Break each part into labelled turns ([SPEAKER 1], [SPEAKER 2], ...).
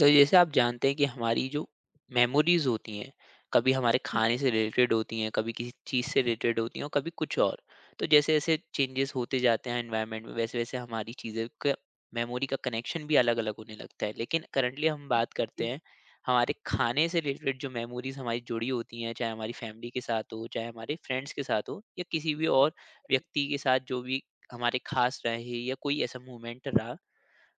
[SPEAKER 1] तो जैसे आप जानते हैं कि हमारी जो मेमोरीज होती हैं कभी हमारे खाने से रिलेटेड होती हैं, कभी किसी चीज़ से रिलेटेड होती हैं और कभी कुछ और। तो जैसे जैसे चेंजेस होते जाते हैं एनवायरनमेंट में, वैसे वैसे हमारी चीज़ें का मेमोरी का कनेक्शन भी अलग अलग होने लगता है, लेकिन करंटली हम बात करते हैं हमारे खाने से रिलेटेड जो मेमोरीज हमारी जुड़ी होती हैं, चाहे हमारी फैमिली के साथ हो, चाहे हमारे फ्रेंड्स के साथ हो या किसी भी और व्यक्ति के साथ जो भी हमारे खास रहे या कोई ऐसा मोमेंट रहा।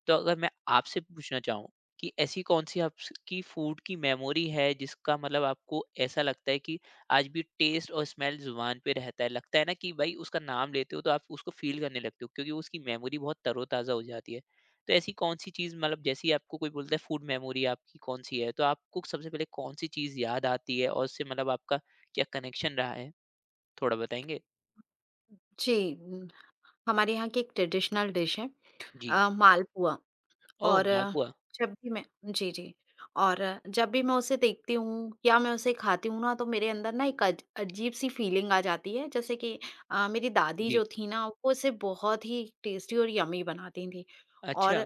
[SPEAKER 1] तो अगर मैं आपसे पूछना चाहूँ कि ऐसी कौन सी आपकी फूड की मेमोरी है जिसका मतलब आपको ऐसा लगता है कि आज भी टेस्ट और स्मेल जुबान पे रहता है, लगता है ना कि भाई उसका नाम लेते हो तो आप उसको फील करने लगते हो क्योंकि उसकी मेमोरी बहुत तरोताज़ा हो जाती है। तो ऐसी कौन सी चीज़, मतलब जैसे ही आपको कोई बोलता है फूड मेमोरी आपकी कौन सी है, तो आपको सबसे पहले कौन सी चीज़ याद आती है और उससे मतलब आपका क्या कनेक्शन रहा है, थोड़ा बताएंगे?
[SPEAKER 2] जी, हमारे यहाँ की एक ट्रेडिशनल डिश है,
[SPEAKER 1] जी।
[SPEAKER 2] मालपुआ।
[SPEAKER 1] ओह,
[SPEAKER 2] और अ,
[SPEAKER 1] मालपुआ।
[SPEAKER 2] जब भी मैं जी, जी। जब भी मैं उसे देखती हूँ या मैं उसे खाती हूँ ना, तो मेरे अंदर ना एक अज अजीब-सी फीलिंग आ जाती है, जैसे कि मेरी दादी
[SPEAKER 1] जी।
[SPEAKER 2] जो थी ना, वो इसे बहुत ही टेस्टी और यम्मी बनाती थी।
[SPEAKER 1] अच्छा।
[SPEAKER 2] और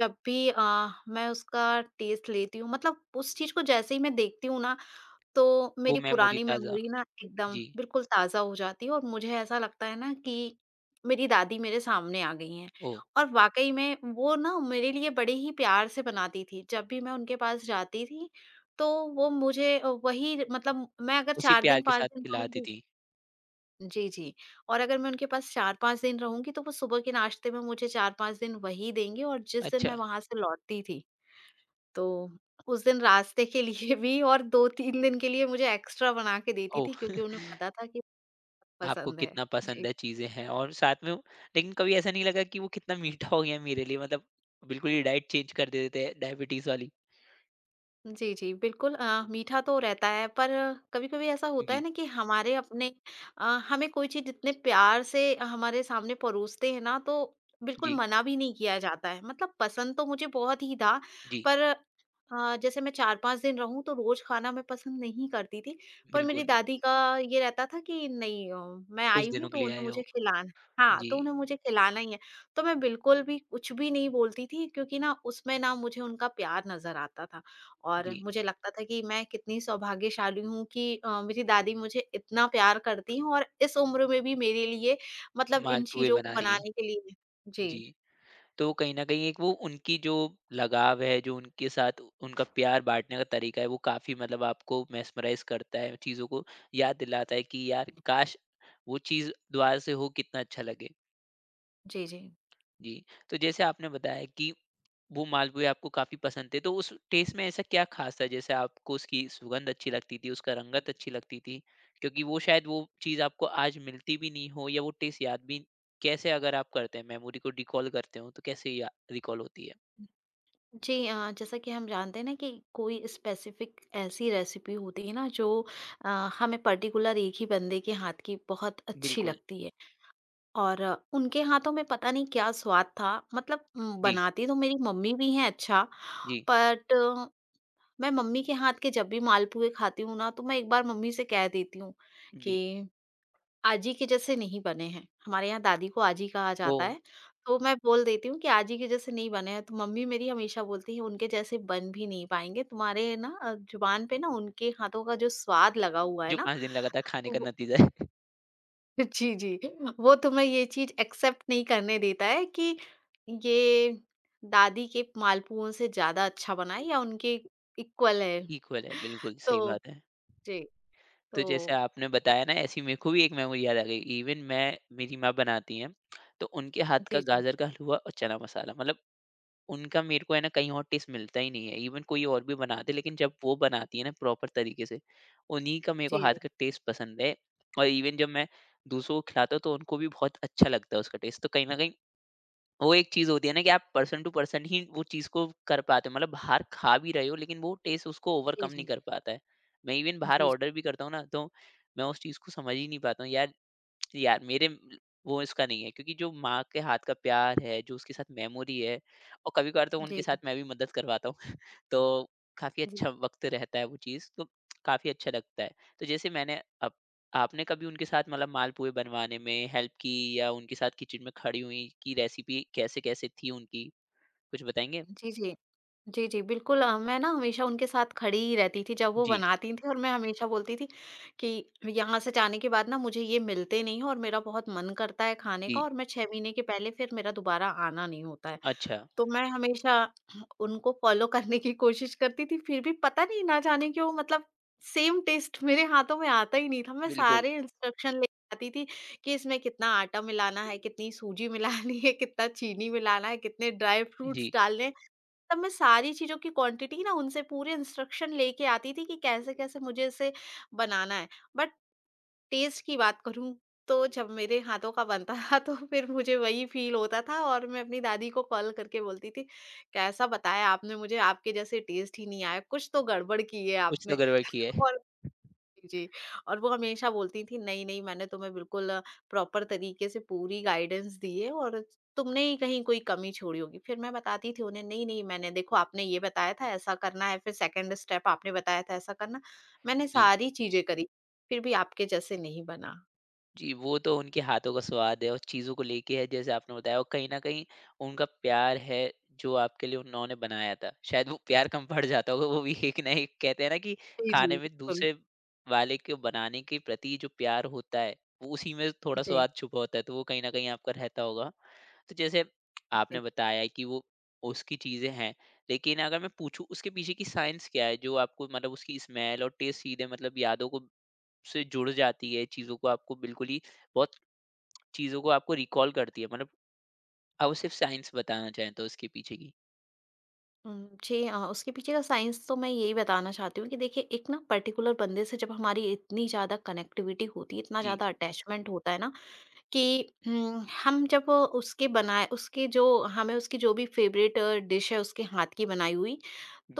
[SPEAKER 2] जब भी अ, मैं उसका टेस्ट लेती हूँ, मतलब उस चीज़ को जैसे ही मैं देखती हूँ ना, तो
[SPEAKER 1] वो
[SPEAKER 2] मेरी
[SPEAKER 1] मेमोरी
[SPEAKER 2] पुरानी
[SPEAKER 1] ताज़ा।
[SPEAKER 2] मेमोरी ना एकदम
[SPEAKER 1] जी।
[SPEAKER 2] बिल्कुल ताज़ा हो जाती है और मुझे ऐसा लगता है ना कि मेरी दादी मेरे सामने आ गई हैं।
[SPEAKER 1] ओ।
[SPEAKER 2] और वाक़ई में वो ना मेरे लिए बड़े ही प्यार से बनाती थी। जब भी मैं उनके पास जाती थी, तो वो मुझे वही, मतलब मैं अगर
[SPEAKER 1] उसी
[SPEAKER 2] 4
[SPEAKER 1] प्यार
[SPEAKER 2] दिन
[SPEAKER 1] के
[SPEAKER 2] 5
[SPEAKER 1] साथ
[SPEAKER 2] दिन
[SPEAKER 1] खिलाती
[SPEAKER 2] रहूँगी।
[SPEAKER 1] थी।
[SPEAKER 2] जी, जी। और अगर मैं उनके पास 4-5 दिन रहूँगी, तो वो सुबह के नाश्ते में मुझे 4-5 दिन वही देंगी, और जिस दिन मैं
[SPEAKER 1] अच्छा।
[SPEAKER 2] वहाँ से लौटती थी, तो उस दिन रास्ते के लिए भी और 2-3 दिन के लिए मुझे एक्स्ट्रा बना के देती
[SPEAKER 1] ओह!
[SPEAKER 2] थी, क्योंकि उन्हें पता था कि
[SPEAKER 1] आपको
[SPEAKER 2] पसंद है।
[SPEAKER 1] कितना पसंद
[SPEAKER 2] जी।
[SPEAKER 1] है चीज़ें हैं और साथ में वो- लेकिन कभी ऐसा नहीं लगा कि वो कितना मीठा हो गया मेरे लिए, मतलब बिल्कुल ही डाइट चेंज कर देते हैं डायबिटीज़ वाली?
[SPEAKER 2] जी, जी, बिल्कुल। मीठा तो रहता है, पर कभी-कभी ऐसा होता है
[SPEAKER 1] जी,
[SPEAKER 2] ना कि हमारे अपने, अ, हमें कोई चीज़ इतने प्यार से हमारे सामने परोसते हैं ना, तो बिल्कुल
[SPEAKER 1] जी।
[SPEAKER 2] मना भी नहीं किया जाता है। मतलब पसंद तो मुझे बहुत ही था,
[SPEAKER 1] जी,
[SPEAKER 2] पर जैसे मैं 4-5 दिन रहूँ तो रोज़ खाना मैं पसंद नहीं करती थी। पर मेरी
[SPEAKER 1] बिल्कुल।
[SPEAKER 2] दादी का ये रहता था कि नहीं, मैं
[SPEAKER 1] कुछ
[SPEAKER 2] आई
[SPEAKER 1] दिनों
[SPEAKER 2] हूँ
[SPEAKER 1] के
[SPEAKER 2] तो
[SPEAKER 1] लिए
[SPEAKER 2] उन्हें
[SPEAKER 1] आए हो।
[SPEAKER 2] मुझे खिलाना। हाँ,
[SPEAKER 1] जी,
[SPEAKER 2] तो उन्हें मुझे खिलाना ही है। तो मैं बिल्कुल भी कुछ भी नहीं बोलती थी, क्योंकि ना उसमें ना मुझे उनका प्यार नज़र आता था। और
[SPEAKER 1] जी।
[SPEAKER 2] मुझे लगता था कि मैं कितनी सौभाग्यशाली हूँ कि मेरी दादी मुझे इतना प्यार करती हैं और इस उम्र में भी मेरे लिए, मतलब इन
[SPEAKER 1] मालपुए
[SPEAKER 2] चीज़ों को
[SPEAKER 1] बना रही हैं।
[SPEAKER 2] बनाने के लिए।
[SPEAKER 1] जी।
[SPEAKER 2] जी।
[SPEAKER 1] तो कहीं न कहीं एक वो उनकी जो लगाव है, जो उनके साथ उनका प्यार बाँटने का तरीका है, वो काफ़ी मतलब आपको मेस्मराइज़ करता है, चीज़ों को याद दिलाता है कि यार काश! वो चीज़ दोबारा से हो कितना अच्छा लगे।
[SPEAKER 2] जी, जी।
[SPEAKER 1] जी। तो जैसे आपने बताया कि वो मालपुए आपको काफ़ी पसंद थे, तो उस टेस्ट में ऐसा क्या ख़ास था? जैसे आपको उसकी सुगंध अच्छी लगती थी, उसका रंगत अच्छी लगती थी, क्योंकि वो शायद वो चीज़ आपको आज मिलती भी नहीं हो या वो टेस्ट याद भी कैसे अगर आप करते हैं, मेमोरी को रिकॉल करते हो, तो कैसे या रिकॉल होती है?
[SPEAKER 2] जी, जैसा कि हम जानते हैं ना कि कोई स्पेसिफ़िक ऐसी रेसिपी होती है ना जो अ, हमें पर्टिकुलर एक ही बंदे के हाथ की बहुत अच्छी
[SPEAKER 1] बिल्कुल।
[SPEAKER 2] लगती है। और उनके हाथों में पता नहीं क्या स्वाद था, मतलब
[SPEAKER 1] जी,
[SPEAKER 2] बनाती तो मेरी मम्मी भी हैं, अच्छा,
[SPEAKER 1] जी।
[SPEAKER 2] बट मैं मम्मी के हाथ के जब भी मालपुए खाती हूँ ना, तो मैं एक बार मम्मी से कह देती हूँ
[SPEAKER 1] जी।
[SPEAKER 2] कि आजी के जैसे नहीं बने हैं। हमारे यहाँ दादी को आजी कहा
[SPEAKER 1] ओह!
[SPEAKER 2] जाता है, तो मैं बोल देती हूँ कि आजी के जैसे नहीं बने हैं। तो मम्मी मेरी हमेशा बोलती है उनके जैसे बन भी नहीं पाएँगे, तुम्हारे ना ज़ुबान पे ना उनके हाथों का जो स्वाद लगा हुआ है
[SPEAKER 1] जो
[SPEAKER 2] ना,
[SPEAKER 1] 5 दिन लगातार खाने का
[SPEAKER 2] वो
[SPEAKER 1] नतीजा है।
[SPEAKER 2] जी, जी। वो तुम्हें ये चीज़ एक्सेप्ट नहीं करने देता है कि ये दादी के मालपुओं से ज़्यादा अच्छा बना है या उनके इक्वल है।
[SPEAKER 1] इक्वल है, बिल्कुल सही
[SPEAKER 2] तो
[SPEAKER 1] बात है।
[SPEAKER 2] जी,
[SPEAKER 1] तो
[SPEAKER 2] तो
[SPEAKER 1] जैसे आपने
[SPEAKER 2] अ,
[SPEAKER 1] बताया ना, ऐसी मेरे को भी एक मेमोरी याद आ गई। इवन मैं, मेरी माँ बनाती हैं, तो उनके हाथ का
[SPEAKER 2] जी, जी।
[SPEAKER 1] गाजर का हलवा और चना मसाला, मतलब उनका मेरे को है ना कहीं और टेस्ट मिलता ही नहीं है। इवन कोई और भी बना दे, लेकिन जब वो बनाती है ना प्रॉपर तरीके से, उन्हीं का मेरे को
[SPEAKER 2] जी,
[SPEAKER 1] हाथ
[SPEAKER 2] जी,
[SPEAKER 1] का टेस्ट पसंद है और इवन जब मैं दूसरों को खिलाता हूँ तो उनको भी बहुत अच्छा लगता है उसका टेस्ट। तो कहीं न कहीं वो एक चीज़ होती है ना कि आप पर्सन टू पर्सन ही वो चीज़ को कर पाते हो। मतलब बाहर खा भी रहे हो लेकिन वो टेस्ट उसको
[SPEAKER 2] जी,
[SPEAKER 1] ओवरकम नहीं
[SPEAKER 2] जी,
[SPEAKER 1] कर पाता है। मैं इवन बाहर
[SPEAKER 2] जी,
[SPEAKER 1] ऑर्डर भी करता हूँ ना तो मैं उस चीज़ को समझ ही नहीं पाता हूँ। यार यार वो इसका नहीं है क्योंकि जो माँ के हाथ का प्यार है, जो उसके साथ मेमोरी है और कभी-कभार तो
[SPEAKER 2] जी,
[SPEAKER 1] उनके साथ
[SPEAKER 2] जी,
[SPEAKER 1] मैं भी मदद करवाता हूँ। तो काफ़ी
[SPEAKER 2] जी,
[SPEAKER 1] अच्छा वक़्त रहता है वो चीज़, तो काफ़ी अच्छा लगता है। तो जैसे मैंने अब आपने कभी उनके साथ मतलब मालपुए बनवाने में हेल्प की या उनके साथ किचन में खड़ी हुई कि रेसिपी कैसे-कैसे थी उनकी, कुछ बताएँगे?
[SPEAKER 2] जी, जी, जी, जी बिल्कुल। मैं ना हमेशा उनके साथ खड़ी ही रहती थी जब वो
[SPEAKER 1] जी,
[SPEAKER 2] बनाती थीं और मैं हमेशा बोलती थी कि यहाँ से जाने के बाद ना मुझे ये मिलते नहीं हैं और मेरा बहुत मन करता है खाने का,
[SPEAKER 1] जी।
[SPEAKER 2] और मैं 6 महीने के पहले फिर मेरा दोबारा आना नहीं होता है।
[SPEAKER 1] अच्छा,
[SPEAKER 2] तो मैं हमेशा उनको फ़ॉलो करने की कोशिश करती थी, फिर भी पता नहीं ना जाने क्यों, मतलब सेम टेस्ट मेरे हाथों में आता ही नहीं था। मैं
[SPEAKER 1] बिल्कुल।
[SPEAKER 2] सारे इंस्ट्रक्शन लेके आती थी कि इसमें कितना आटा मिलाना है, कितनी सूजी मिलानी है, कितना चीनी मिलाना है, कितने ड्राई
[SPEAKER 1] जी,
[SPEAKER 2] फ्रूट्स डालने हैं। तब मैं सारी चीज़ों की क्वांटिटी ना उनसे पूरे इंस्ट्रक्शन लेके आती थी कि कैसे-कैसे मुझे इसे बनाना है। बट टेस्ट की बात करूँ, तो जब मेरे हाथों का बनता था तो फिर मुझे वही फ़ील होता था, और मैं अपनी दादी को कॉल करके बोलती थी, "कैसा बताया आपने मुझे? आपके जैसे टेस्ट ही नहीं आया, कुछ तो गड़बड़ की है
[SPEAKER 1] कुछ तो
[SPEAKER 2] आपने।"
[SPEAKER 1] गड़बड़ की है।
[SPEAKER 2] और जी, और वो हमेशा बोलती थी, "नहीं, नहीं मैंने तुम्हें बिल्कुल प्रॉपर तरीके से पूरी गाइडेंस दी है और तुमने ही कहीं कोई कमी छोड़ी होगी।" फिर मैं बताती थी उन्हें, "नहीं, नहीं मैंने देखो आपने ये बताया था ऐसा करना है, फिर सेकंड स्टेप आपने बताया था ऐसा करना। मैंने
[SPEAKER 1] जी।
[SPEAKER 2] सारी चीज़ें करी, फिर भी आपके जैसे नहीं बना।"
[SPEAKER 1] जी, वो तो उनके हाथों का स्वाद है और चीज़ों को लेके है, जैसे आपने बताया और कहीं न कहीं उनका प्यार है जो आपके लिए उन्होंने बनाया था। शायद वो प्यार कम पड़ जाता होगा, वो भी एक ना एक कहते हैं ना कि
[SPEAKER 2] जी,
[SPEAKER 1] खाने
[SPEAKER 2] जी,
[SPEAKER 1] में
[SPEAKER 2] बिल्कुल।
[SPEAKER 1] दूसरे वाले के बनाने के प्रति जो प्यार होता है, वो उसी में थोड़ा
[SPEAKER 2] जी,
[SPEAKER 1] स्वाद छुपा होता है, तो वो कहीं न कहीं आपका रहता होगा। तो जैसे
[SPEAKER 2] जी।
[SPEAKER 1] आपने बताया कि वो उसकी चीज़ें हैं, लेकिन अगर मैं पूछूँ उसके पीछे की साइंस क्या है जो आपको मतलब उसकी स्मेल और टेस्ट सीधे मतलब यादों को से जुड़ जाती है, चीज़ों को आपको बिल्कुल ही बहुत चीज़ों को आपको रिकॉल करती है। मतलब आप सिर्फ साइंस बताना चाहें तो उसके पीछे की।
[SPEAKER 2] जी हाँ, उसके पीछे का साइंस तो मैं यही बताना चाहती हूँ कि देखिए एक ना पर्टिकुलर बंदे से जब हमारी इतनी ज़्यादा कनेक्टिविटी होती है, इतना
[SPEAKER 1] जी,
[SPEAKER 2] ज़्यादा अटैचमेंट होता है ना कि हम जब उसके बनाए उसके जो, हमें उसकी जो भी फेवरेट डिश है उसके हाथ की बनाई हुई,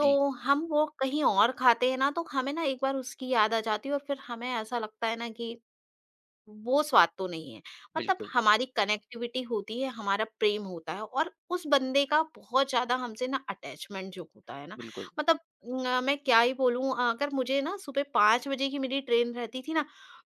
[SPEAKER 1] जी।
[SPEAKER 2] हम वो कहीं और खाते हैं ना, तो हमें ना एक बार उसकी याद आ जाती है और फिर हमें ऐसा लगता है ना कि वो स्वाद तो नहीं है। मतलब
[SPEAKER 1] बिल्कुल,
[SPEAKER 2] हमारी कनेक्टिविटी होती है, हमारा प्रेम होता है और उस बंदे का बहुत ज़्यादा हमसे ना अटैचमेंट जो होता है ना,
[SPEAKER 1] बिल्कुल।
[SPEAKER 2] मतलब मैं क्या ही बोलूँ, अगर मुझे ना सुबह 5 बजे की मेरी ट्रेन रहती थी ना,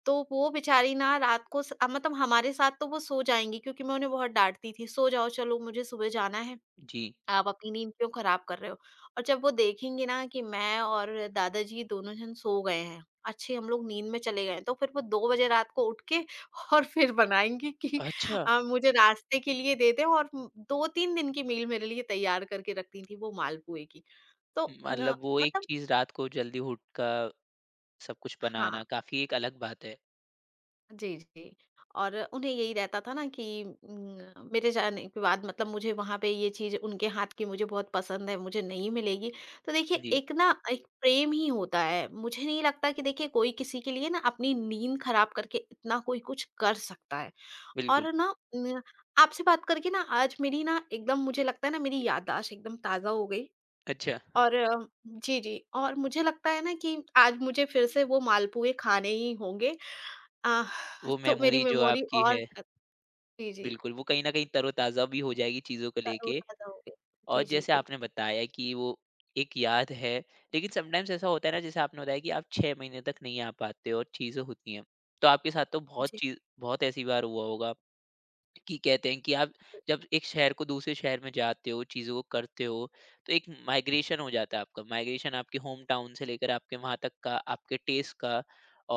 [SPEAKER 2] तो वो बेचारी ना रात को स मतलब हमारे साथ तो वो सो जाएँगी, क्योंकि मैं उन्हें बहुत डाँटती थी, "सो जाओ चलो मुझे सुबह जाना है।
[SPEAKER 1] जी।
[SPEAKER 2] आप अपनी नींद क्यों खराब कर रहे हो?" और जब वो देखेंगे ना कि मैं और दादाजी दोनों जन सो गए हैं, अच्छे हम लोग नींद में चले गए हैं, तो फिर वो 2 बजे रात को उठ के और फिर बनाएँगे कि
[SPEAKER 1] अच्छा,
[SPEAKER 2] मुझे नाश्ते के लिए दे दें, और 2-3 दिन की मील मेरे लिए तैयार करके रखती थीं वो मालपुए की। तो न,
[SPEAKER 1] मतलब वो एक
[SPEAKER 2] मतलब
[SPEAKER 1] चीज़ रात को जल्दी उठका सब कुछ बनाना
[SPEAKER 2] हाँ।
[SPEAKER 1] काफ़ी एक अलग बात है।
[SPEAKER 2] जी, जी। और उन्हें यही रहता था ना कि मेरे जाने के बाद मतलब मुझे वहाँ पे ये चीज़ उनके हाथ की मुझे बहुत पसंद है, मुझे नहीं मिलेगी। तो देखिए
[SPEAKER 1] जी,
[SPEAKER 2] एक ना एक प्रेम ही होता है। मुझे नहीं लगता कि देखिए कोई किसी के लिए ना अपनी नींद ख़राब करके इतना कोई कुछ कर सकता है।
[SPEAKER 1] बिल्कुल।
[SPEAKER 2] और ना उम, आपसे बात करके ना आज मेरी ना एकदम मुझे लगता है ना मेरी याददाश्त एकदम ताज़ा हो गई।
[SPEAKER 1] अच्छा।
[SPEAKER 2] और जी, जी, और मुझे लगता है ना कि आज मुझे फिर से वो मालपुए खाने ही होंगे। आह!
[SPEAKER 1] वो
[SPEAKER 2] तो मेरी
[SPEAKER 1] मेमोरी जो
[SPEAKER 2] मेमोरी
[SPEAKER 1] आपकी
[SPEAKER 2] और
[SPEAKER 1] है
[SPEAKER 2] जी, जी,
[SPEAKER 1] बिल्कुल, वो कहीं न कहीं तरोताज़ा भी हो जाएगी चीज़ों को लेके।
[SPEAKER 2] तरोताज़ा हो गई।
[SPEAKER 1] और
[SPEAKER 2] जी, जी,
[SPEAKER 1] जैसे आपने
[SPEAKER 2] बिल्कुल।
[SPEAKER 1] बताया कि वो एक याद है, लेकिन समटाइम्स ऐसा होता है ना जैसे आपने बताया कि आप 6 महीने तक नहीं आ पाते हो और चीज़ें होती हैं, तो आपके साथ तो बहुत
[SPEAKER 2] जी, जी,
[SPEAKER 1] चीज बहुत ऐसी बार हुआ होगा कि कहते हैं कि आप
[SPEAKER 2] जी,
[SPEAKER 1] जब एक शहर को दूसरे शहर में जाते हो, चीज़ों को करते हो, तो एक माइग्रेशन हो जाता है आपका। माइग्रेशन आपके होम टाउन से लेकर आपके वहाँ तक का, आपके टेस्ट का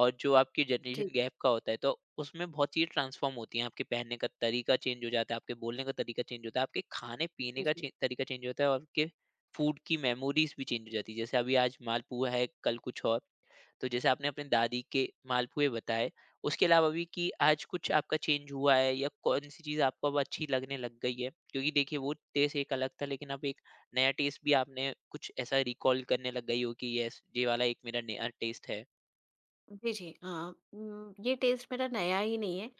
[SPEAKER 1] और जो आपकी
[SPEAKER 2] जी,
[SPEAKER 1] जनरेशन गैप का होता है, तो उसमें बहुत चीज़ें ट्रांसफ़ॉर्म होती हैं। आपके पहनने का तरीका चेंज हो जाता है, आपके बोलने का तरीका चेंज होता है, आपके खाने-पीने का
[SPEAKER 2] जी।
[SPEAKER 1] चे तरीका चेंज होता है और आपके फूड की मेमोरीज़ भी चेंज हो जाती है। जैसे अभी आज मालपुआ है, कल कुछ और। तो जैसे आपने अपने दादी के मालपुए बताए, उसके अलावा भी कि आज कुछ आपका चेंज हुआ है या कौन-सी चीज़ आपको अब अच्छी लगने लग गई है? क्योंकि देखिए वो टेस्ट एक अलग था लेकिन अब एक नया टेस्ट भी आपने कुछ ऐसा रिकॉल करने लग गई हो कि यस, ये वाला एक मेरा नया टेस्ट है।
[SPEAKER 2] जी, जी, हाँ, ये टेस्ट मेरा नया ही नहीं है।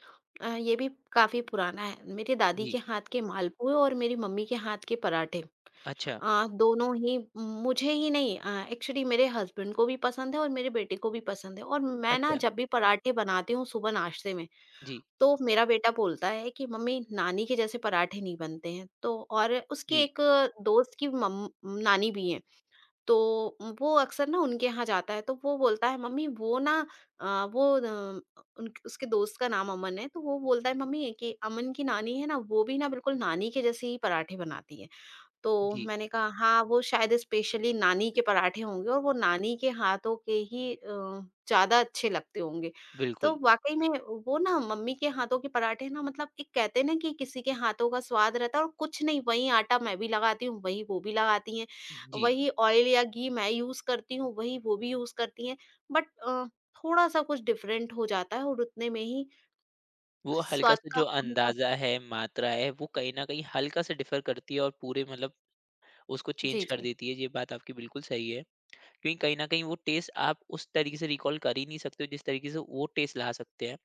[SPEAKER 2] ये भी काफ़ी पुराना है। मेरी दादी
[SPEAKER 1] जी।
[SPEAKER 2] के हाथ के मालपुए और मेरी मम्मी के हाथ के पराठे,
[SPEAKER 1] अच्छा,
[SPEAKER 2] दोनों ही मुझे ही नहीं, एक्चुअली मेरे हस्बैंड को भी पसंद है और मेरे बेटे को भी पसंद है। और मैं ना
[SPEAKER 1] अच्छा।
[SPEAKER 2] जब भी पराठे बनाती हूँ सुबह नाश्ते में,
[SPEAKER 1] जी,
[SPEAKER 2] तो मेरा बेटा बोलता है कि मम्मी नानी के जैसे पराठे नहीं बनते हैं। तो और उसकी
[SPEAKER 1] जी।
[SPEAKER 2] एक दोस्त की नानी भी है, तो वो अक्सर ना उनके यहाँ जाता है, तो वो बोलता है मम्मी वो ना अ, वो अ, उसके दोस्त का नाम अमन है, तो वो बोलता है मम्मी कि अमन की नानी है ना वो भी ना बिल्कुल नानी के जैसे ही पराठे बनाती है। तो
[SPEAKER 1] जी।
[SPEAKER 2] मैंने कहा हाँ, वो शायद स्पेशली नानी के पराठे होंगे और वो नानी के हाथों के ही ज़्यादा अच्छे लगते होंगे। तो
[SPEAKER 1] बिल्कुल।
[SPEAKER 2] वाक़ई में वो ना मम्मी के हाथों के पराठे ना, मतलब एक कहते हैं ना कि किसी के हाथों का स्वाद रहता है और कुछ नहीं। वही आटा मैं भी लगाती हूँ, वही वो भी लगाती हैं,
[SPEAKER 1] जी।
[SPEAKER 2] वही ऑयल या घी मैं यूज़ करती हूँ, वही वो भी यूज़ करती हैं। बट अ, थोड़ा-सा कुछ डिफ़रेंट हो जाता है और उतने में ही
[SPEAKER 1] वो
[SPEAKER 2] स्वाद
[SPEAKER 1] हल्का-सा
[SPEAKER 2] का
[SPEAKER 1] जो
[SPEAKER 2] अंतर।
[SPEAKER 1] अंदाज़ा है, मात्रा है, वो कहीं न कहीं हल्का-सा डिफ़र करती है और पूरे मतलब उसको
[SPEAKER 2] जी,
[SPEAKER 1] चेंज कर
[SPEAKER 2] जी।
[SPEAKER 1] देती है। ये बात आपकी बिल्कुल सही है। क्योंकि कहीं न कहीं वो टेस्ट आप उस तरीके से रिकॉल कर ही नहीं सकते हो जिस तरीके से वो टेस्ट ला सकते हैं।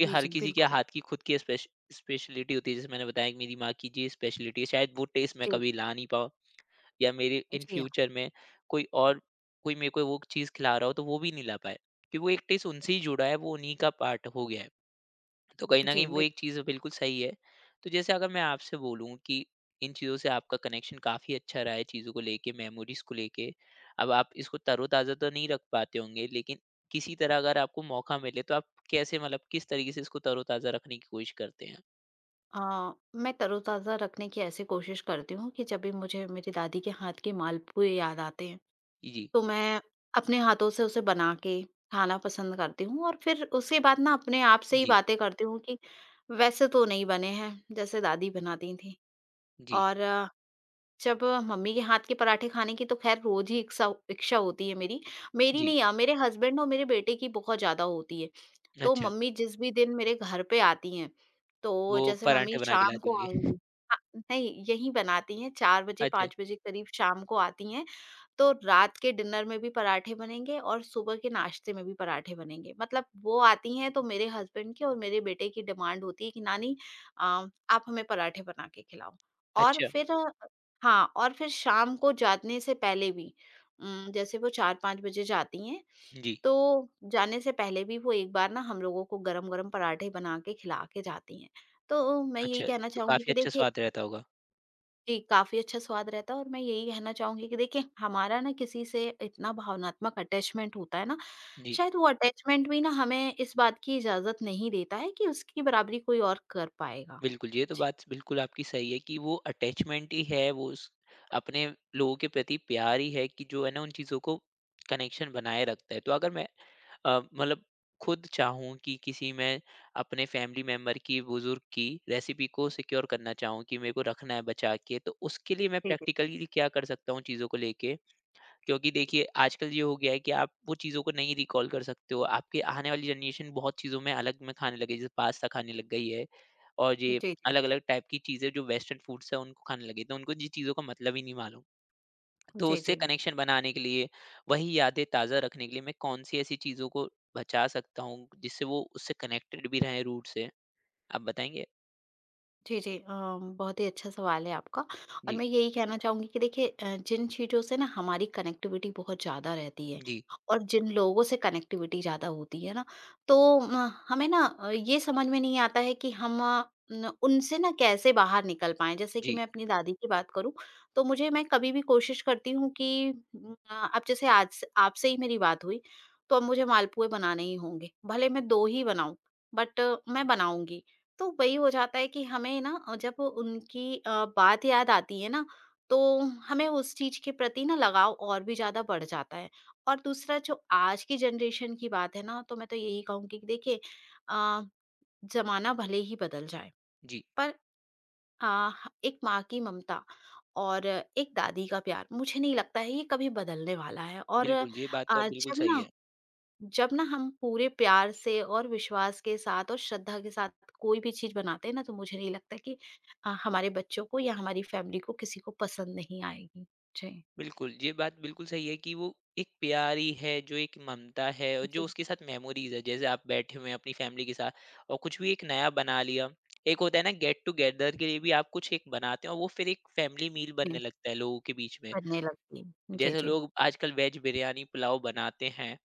[SPEAKER 1] ये हर
[SPEAKER 2] जी,
[SPEAKER 1] किसी के
[SPEAKER 2] बिल्कुल।
[SPEAKER 1] हाथ की खुद की स्पेशलिटी होती है, जैसे मैंने बताया कि मेरी माँ की ये स्पेशलिटी है, शायद वो टेस्ट मैं
[SPEAKER 2] जी,
[SPEAKER 1] कभी ला नहीं पाऊँ या मेरे इन
[SPEAKER 2] जी हाँ,
[SPEAKER 1] फ्यूचर में कोई और कोई मेरे को वो चीज़ खिला रहा हो तो वो भी नहीं ला पाए। कि वो एक टेस्ट उनसे ही जुड़ा है, वो उन्हीं का पार्ट हो गया है। तो कहीं न कहीं
[SPEAKER 2] जी,
[SPEAKER 1] वो एक
[SPEAKER 2] बिल्कुल।
[SPEAKER 1] चीज़ बिल्कुल सही है। तो जैसे अगर मैं आपसे बोलूँ कि इन चीज़ों से आपका कनेक्शन काफ़ी अच्छा रहा है चीज़ों को लेके, मेमोरीज़ को लेके। अब आप इसको तरोताज़ा तो नहीं रख पाते होंगे, लेकिन किसी तरह अगर आपको मौका मिले तो आप कैसे मतलब किस तरीके से इसको तरोताज़ा रखने की कोशिश करते हैं?
[SPEAKER 2] मैं तरोताज़ा रखने की ऐसी कोशिश करती हूँ कि जब भी मुझे मेरी दादी के हाथ के मालपुए याद आते हैं,
[SPEAKER 1] जी,
[SPEAKER 2] तो मैं अपने हाथों से उसे बना के खाना पसंद करती हूँ और फिर उसके बाद ना अपने आप से ही
[SPEAKER 1] जी।
[SPEAKER 2] बातें करती हूँ कि वैसे तो नहीं बने हैं, जैसे दादी बनाती थीं।
[SPEAKER 1] जी,
[SPEAKER 2] और जब मम्मी के हाथ के पराठे खाने की तो खैर रोज़ ही इक्सा इच्छा होती है मेरी। मेरी
[SPEAKER 1] जी।
[SPEAKER 2] नहीं, मेरे हस्बैंड और मेरे बेटे की बहुत ज़्यादा होती है। तो
[SPEAKER 1] अच्छा,
[SPEAKER 2] मम्मी जिस भी दिन मेरे घर पे आती हैं, तो
[SPEAKER 1] वो
[SPEAKER 2] जैसे मम्मी
[SPEAKER 1] पराठे बना के
[SPEAKER 2] शाम
[SPEAKER 1] लाती
[SPEAKER 2] को
[SPEAKER 1] होंगी।
[SPEAKER 2] आएँगी, अ, नहीं, यहीं बनाती हैं। 4 बजे
[SPEAKER 1] अच्छा,
[SPEAKER 2] 5 बजे करीब शाम को आती हैं, तो रात के डिनर में भी पराठे बनेंगे और सुबह के नाश्ते में भी पराठे बनेंगे। मतलब वो आती हैं तो मेरे हस्बैंड की और मेरे बेटे की डिमांड होती है कि नानी, अ, आप हमें पराठे बना के खिलाओ। और
[SPEAKER 1] अच्छा।
[SPEAKER 2] फिर हाँ, और फिर शाम को जाने से पहले भी जैसे वो 4-5 बजे जाती हैं,
[SPEAKER 1] जी,
[SPEAKER 2] तो जाने से पहले भी वो एक बार ना हम लोगों को गरम-गरम पराठे बना के खिला के जाती हैं। तो मैं यही
[SPEAKER 1] अच्छा।
[SPEAKER 2] कहना
[SPEAKER 1] तो
[SPEAKER 2] चाहूँगी
[SPEAKER 1] काफ़ी
[SPEAKER 2] कि
[SPEAKER 1] अच्छा
[SPEAKER 2] देखिए
[SPEAKER 1] स्वाद रहता होगा।
[SPEAKER 2] जी, काफ़ी अच्छा स्वाद रहता है। और मैं यही कहना चाहूँगी कि देखिए हमारा ना किसी से इतना भावनात्मक अटैचमेंट होता है ना,
[SPEAKER 1] जी।
[SPEAKER 2] शायद वो अटैचमेंट भी ना हमें इस बात की इजाज़त नहीं देता है कि उसकी बराबरी कोई और कर पाएगा।
[SPEAKER 1] बिल्कुल, ये तो
[SPEAKER 2] जी,
[SPEAKER 1] बात बिल्कुल आपकी सही है कि वो अटैचमेंट ही है, वो उस अपने लोगों के प्रति प्यार ही है कि जो है ना उन चीज़ों को कनेक्शन बनाए रखता है। तो अगर मैं मतलब खुद चाहूँ कि किसी मैं अपने फैमिली मेंबर की, बुज़ुर्ग की रेसिपी को सिक्योर करना चाहूँ कि मेरे को रखना है बचा के, तो उसके लिए मैं
[SPEAKER 2] जी, जी।
[SPEAKER 1] प्रैक्टिकली क्या कर सकता हूँ चीज़ों को लेके? क्योंकि देखिए आजकल ये हो गया है कि आप वो चीज़ों को नहीं रिकॉल कर सकते हो। आपकी आने वाली जनरेशन बहुत चीज़ों में अलग में खाने लगी है, जैसे पास्ता खाने लग गई है और ये
[SPEAKER 2] जी, जी।
[SPEAKER 1] अलग-अलग टाइप की चीज़ें जो वेस्टर्न फूड्स हैं उनको खाने लगी है, तो उनको ये चीज़ों का मतलब ही नहीं मालूम। तो
[SPEAKER 2] जी,
[SPEAKER 1] उससे
[SPEAKER 2] जी।
[SPEAKER 1] कनेक्शन बनाने के लिए, वही यादें ताज़ा रखने के लिए मैं कौन-सी ऐसी चीज़ों को बचा सकता हूँ, जिससे वो उससे कनेक्टेड भी रहें रूट से? आप बताएँगे?
[SPEAKER 2] जी, जी। बहुत ही अच्छा सवाल है आपका, और
[SPEAKER 1] जी,
[SPEAKER 2] मैं यही कहना चाहूँगी कि देखिए जिन चीज़ों से ना हमारी कनेक्टिविटी बहुत ज़्यादा रहती है
[SPEAKER 1] जी।
[SPEAKER 2] और जिन लोगों से कनेक्टिविटी ज़्यादा होती है ना, तो म हमें ना ये समझ में नहीं आता है कि न उनसे ना कैसे बाहर निकल पाएँ। जैसे कि
[SPEAKER 1] जी,
[SPEAKER 2] मैं अपनी दादी की बात करूँ, तो मुझे मैं कभी भी कोशिश करती हूँ कि अब जैसे आज से आपसे ही मेरी बात हुई, तो अब मुझे मालपुए बनाने ही होंगे। भले मैं 2 ही बनाऊँ, बट मैं बनाऊँगी। तो वही हो जाता है कि हमें ना जब उनकी बात याद आती है ना, तो हमें उस चीज़ के प्रति ना लगाव और भी ज़्यादा बढ़ जाता है। और दूसरा जो आज की जनरेशन की बात है ना, तो मैं तो यही कहूँगी कि देखिए अ, ज़माना भले ही बदल जाए,
[SPEAKER 1] जी।
[SPEAKER 2] पर अ, एक माँ की ममता और एक दादी का प्यार, मुझे नहीं लगता है ये कभी बदलने वाला है। और
[SPEAKER 1] बिल्कुल, ये बात तो आप बिल्कुल
[SPEAKER 2] जब
[SPEAKER 1] सही
[SPEAKER 2] ना
[SPEAKER 1] है।
[SPEAKER 2] जब ना हम पूरे प्यार से और विश्वास के साथ और श्रद्धा के साथ कोई भी चीज़ बनाते हैं ना, तो मुझे नहीं लगता कि हमारे बच्चों को या हमारी फैमिली को किसी को पसंद नहीं आएगी। जी।
[SPEAKER 1] बिल्कुल, ये बात बिल्कुल सही है कि वो एक प्यारी है, जो एक ममता है और जो
[SPEAKER 2] जी,
[SPEAKER 1] उसके साथ मेमोरीज़ है। जैसे आप बैठे हुए हैं अपनी फ़ैमिली के साथ और कुछ भी एक नया बना लिया। एक होता है ना गेट टुगेदर के लिए भी आप कुछ एक बनाते हैं और वो फिर एक फ़ैमिली मील बनने
[SPEAKER 2] हुँ।
[SPEAKER 1] लगता है लोगों के बीच में।
[SPEAKER 2] बनने लगती है। जी,
[SPEAKER 1] जैसे
[SPEAKER 2] जी।
[SPEAKER 1] लोग आजकल वेज बिरयानी, पुलाव बनाते हैं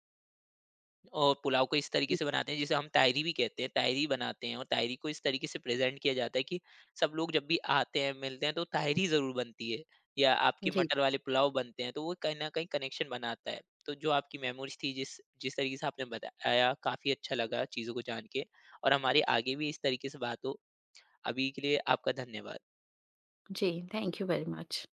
[SPEAKER 1] और पुलाव को इस तरीके
[SPEAKER 2] जी।
[SPEAKER 1] से बनाते हैं जिसे हम तायरी भी कहते हैं, तायरी बनाते हैं और तायरी को इस तरीके से प्रेज़ेंट किया जाता है कि सब लोग जब भी आते हैं, मिलते हैं तो तायरी ज़रूर बनती है या आपके
[SPEAKER 2] जी,
[SPEAKER 1] मटर
[SPEAKER 2] जी।
[SPEAKER 1] वाले पुलाव बनते हैं, तो वो कहीं न कहीं कनेक्शन बनाता है। तो जो आपकी मेमोरीज़ थी जिस जिस तरीके से आपने बताया काफ़ी अच्छा लगा चीज़ों को जान के और हमारी आगे भी इस तरीके से बात हो। अभी के लिए आपका धन्यवाद।
[SPEAKER 2] जी, थैंक यू वेरी मच।